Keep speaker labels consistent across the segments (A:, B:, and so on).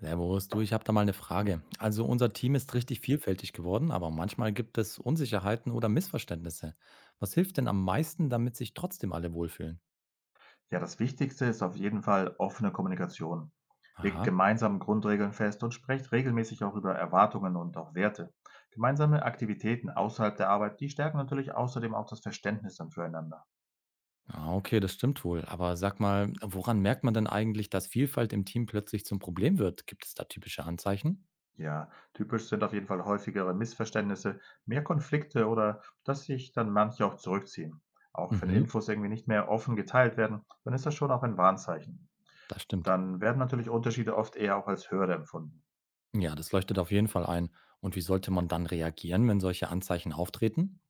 A: Servus, du, ich habe da mal eine Frage. Also unser Team ist richtig vielfältig geworden, aber manchmal gibt es Unsicherheiten oder Missverständnisse. Was hilft denn am meisten, damit sich trotzdem alle wohlfühlen?
B: Ja, das Wichtigste ist auf jeden Fall offene Kommunikation. Legt
A: Aha.
B: gemeinsam Grundregeln fest und sprecht regelmäßig auch über Erwartungen und auch Werte. Gemeinsame Aktivitäten außerhalb der Arbeit, die stärken natürlich außerdem auch das Verständnis dann füreinander.
A: Ah, okay, das stimmt wohl. Aber sag mal, woran merkt man denn eigentlich, dass Vielfalt im Team plötzlich zum Problem wird? Gibt es da typische Anzeichen?
B: Ja, typisch sind auf jeden Fall häufigere Missverständnisse, mehr Konflikte oder dass sich dann manche auch zurückziehen. Auch wenn
A: Mhm,
B: Infos irgendwie nicht mehr offen geteilt werden, dann ist das schon auch ein Warnzeichen.
A: das stimmt.
B: Dann werden natürlich Unterschiede oft eher auch als Hürde empfunden.
A: Ja, das leuchtet auf jeden Fall ein. Und wie sollte man dann reagieren, wenn solche Anzeichen auftreten?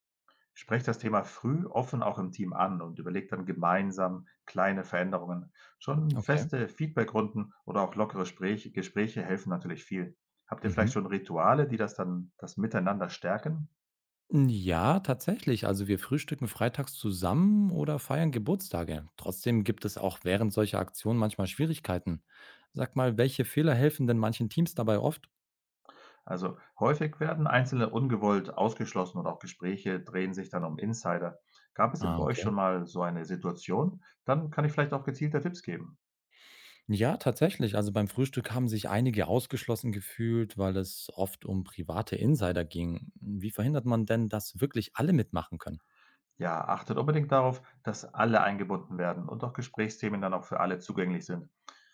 B: Sprecht das Thema früh offen auch im Team an und überlegt dann gemeinsam kleine Veränderungen. Schon
A: Okay.
B: feste Feedbackrunden oder auch lockere Sprech Gespräche helfen natürlich viel. Habt ihr
A: Mhm.
B: vielleicht schon Rituale, die das Miteinander stärken?
A: Hm, ja, tatsächlich. Also, wir frühstücken freitags zusammen oder feiern Geburtstage. Trotzdem gibt es auch während solcher Aktionen manchmal Schwierigkeiten. Sag mal, welche Fehler helfen denn manchen Teams dabei oft?
B: Also häufig werden Einzelne ungewollt ausgeschlossen und auch Gespräche drehen sich dann um Insider. Gab es denn
A: Ah,
B: bei euch
A: okay.
B: schon mal so eine Situation? Dann kann ich vielleicht auch gezielter Tipps geben.
A: Ja, tatsächlich. Also beim Frühstück haben sich einige ausgeschlossen gefühlt, weil es oft um private Insider ging. Wie verhindert man denn, dass wirklich alle mitmachen können?
B: Ja, achtet unbedingt darauf, dass alle eingebunden werden und auch Gesprächsthemen dann auch für alle zugänglich sind.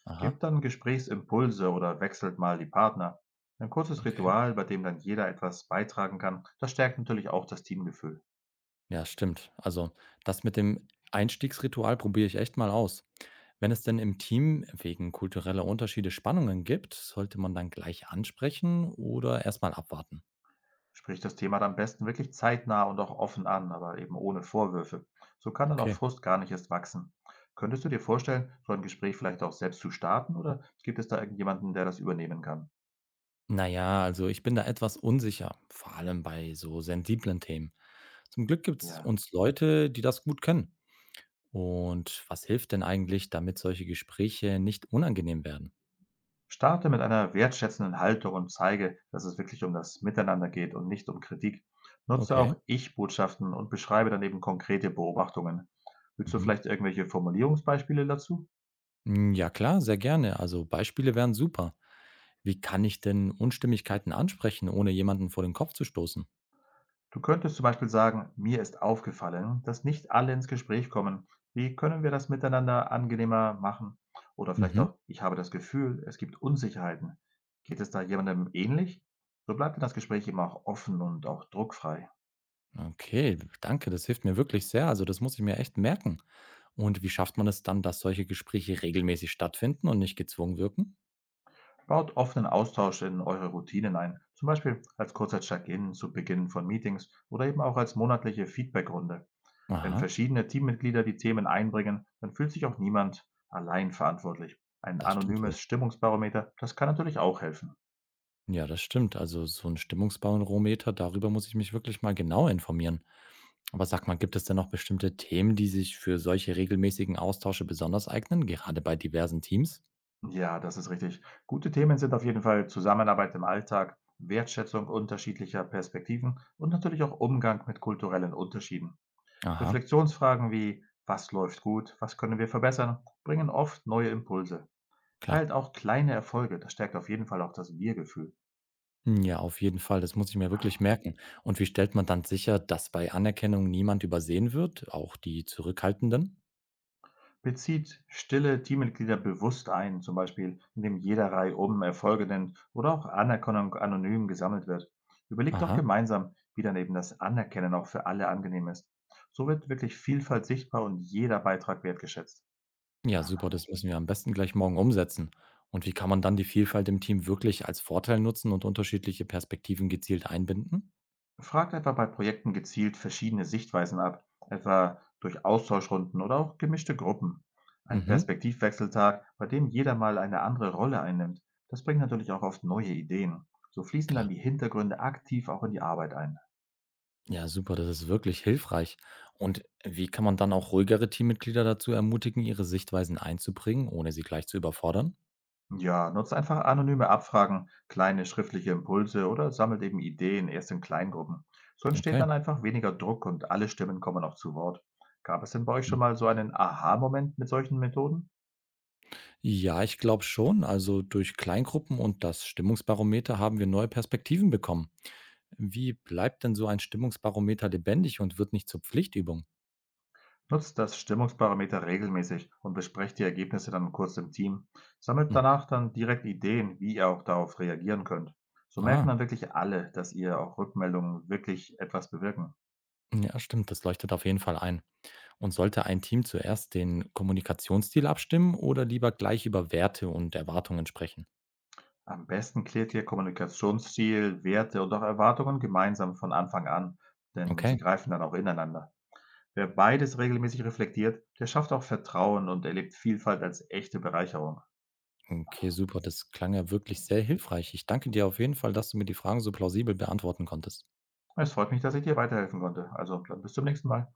A: Aha,
B: Gebt dann Gesprächsimpulse oder wechselt mal die Partner. Ein kurzes
A: okay.
B: Ritual, bei dem dann jeder etwas beitragen kann, das stärkt natürlich auch das Teamgefühl.
A: Ja, stimmt. Also, das mit dem Einstiegsritual probiere ich echt mal aus. Wenn es denn im Team wegen kultureller Unterschiede Spannungen gibt, sollte man dann gleich ansprechen oder erstmal abwarten?
B: Spricht das Thema dann am besten wirklich zeitnah und auch offen an, aber eben ohne Vorwürfe. So kann dann auch
A: Okay.
B: Frust gar nicht erst wachsen. Könntest du dir vorstellen, so ein Gespräch vielleicht auch selbst zu starten oder gibt es da irgendjemanden, der das übernehmen kann?
A: Naja, also ich bin da etwas unsicher, vor allem bei so sensiblen Themen. Zum Glück gibt es
B: Ja.
A: uns Leute, die das gut können. Und was hilft denn eigentlich, damit solche Gespräche nicht unangenehm werden?
B: Starte mit einer wertschätzenden Haltung und zeige, dass es wirklich um das Miteinander geht und nicht um Kritik. Nutze
A: Okay.
B: auch Ich-Botschaften und beschreibe daneben konkrete Beobachtungen. Willst du
A: Mhm.
B: vielleicht irgendwelche Formulierungsbeispiele dazu?
A: Ja klar, sehr gerne. Also Beispiele wären super. Wie kann ich denn Unstimmigkeiten ansprechen, ohne jemanden vor den Kopf zu stoßen?
B: Du könntest zum Beispiel sagen, mir ist aufgefallen, dass nicht alle ins Gespräch kommen. Wie können wir das miteinander angenehmer machen? Oder vielleicht
A: Mhm.
B: auch, ich habe das Gefühl, es gibt Unsicherheiten. Geht es da jemandem ähnlich? So bleibt das Gespräch immer auch offen und auch druckfrei.
A: Okay, danke, das hilft mir wirklich sehr. Also das muss ich mir echt merken. Und wie schafft man es dann, dass solche Gespräche regelmäßig stattfinden und nicht gezwungen wirken?
B: Baut offenen Austausch in eure Routinen ein, zum Beispiel als kurzer Check-in zu Beginn von Meetings oder eben auch als monatliche Feedbackrunde. Wenn
A: Aha,
B: verschiedene Teammitglieder die Themen einbringen, dann fühlt sich auch niemand allein verantwortlich. Ein
A: das stimmt wohl.
B: anonymes Stimmungsbarometer, das kann natürlich auch helfen.
A: Ja, das stimmt. Also so ein Stimmungsbarometer, darüber muss ich mich wirklich mal genau informieren. Aber sag mal, gibt es denn noch bestimmte Themen, die sich für solche regelmäßigen Austausche besonders eignen, gerade bei diversen Teams?
B: Ja, das ist richtig. Gute Themen sind auf jeden Fall Zusammenarbeit im Alltag, Wertschätzung unterschiedlicher Perspektiven und natürlich auch Umgang mit kulturellen Unterschieden.
A: Aha,
B: Reflexionsfragen wie was läuft gut, was können wir verbessern, bringen oft neue Impulse.
A: klar.
B: Teilt auch kleine Erfolge, das stärkt auf jeden Fall auch das Wir-Gefühl.
A: Hm, ja, auf jeden Fall. Das muss ich mir wirklich merken. Und wie stellt man dann sicher, dass bei Anerkennung niemand übersehen wird, auch die Zurückhaltenden?
B: Bezieht stille Teammitglieder bewusst ein, zum Beispiel indem jeder Reihe oben Erfolge nennt oder auch Anerkennung anonym gesammelt wird. Überlegt auch
A: Aha.
B: gemeinsam, wie dann eben das Anerkennen auch für alle angenehm ist. So wird wirklich Vielfalt sichtbar und jeder Beitrag wertgeschätzt.
A: Ja, super. Das müssen wir am besten gleich morgen umsetzen. Und wie kann man dann die Vielfalt im Team wirklich als Vorteil nutzen und unterschiedliche Perspektiven gezielt einbinden?
B: Fragt etwa bei Projekten gezielt verschiedene Sichtweisen ab, etwa durch Austauschrunden oder auch gemischte Gruppen. Ein
A: Mhm,
B: Perspektivwechseltag, bei dem jeder mal eine andere Rolle einnimmt, das bringt natürlich auch oft neue Ideen. So fließen dann
A: klar.
B: die Hintergründe aktiv auch in die Arbeit ein.
A: Ja, super. Das ist wirklich hilfreich. Und wie kann man dann auch ruhigere Teammitglieder dazu ermutigen, ihre Sichtweisen einzubringen, ohne sie gleich zu überfordern?
B: Ja, nutzt einfach anonyme Abfragen, kleine schriftliche Impulse oder sammelt eben Ideen erst in Kleingruppen. So entsteht
A: Okay.
B: dann einfach weniger Druck und alle Stimmen kommen auch zu Wort. Gab es denn bei euch schon mal so einen Aha-Moment mit solchen Methoden?
A: Ja, ich glaube schon. Also durch Kleingruppen und das Stimmungsbarometer haben wir neue Perspektiven bekommen. Wie bleibt denn so ein Stimmungsbarometer lebendig und wird nicht zur Pflichtübung?
B: Nutzt das Stimmungsparameter regelmäßig und besprecht die Ergebnisse dann kurz im Team. Sammelt
A: Hm.
B: danach dann direkt Ideen, wie ihr auch darauf reagieren könnt. So merken
A: Ah,
B: dann wirklich alle, dass ihr auch Rückmeldungen wirklich etwas bewirken.
A: ja, stimmt, das leuchtet auf jeden Fall ein. Und sollte ein Team zuerst den Kommunikationsstil abstimmen oder lieber gleich über Werte und Erwartungen sprechen?
B: Am besten klärt ihr Kommunikationsziel, Werte und auch Erwartungen gemeinsam von Anfang an, denn sie
A: Okay,
B: greifen dann auch ineinander. Wer beides regelmäßig reflektiert, der schafft auch Vertrauen und erlebt Vielfalt als echte Bereicherung.
A: okay, super. Das klang ja wirklich sehr hilfreich. Ich danke dir auf jeden Fall, dass du mir die Fragen so plausibel beantworten konntest.
B: Es freut mich, dass ich dir weiterhelfen konnte. Also dann bis zum nächsten Mal.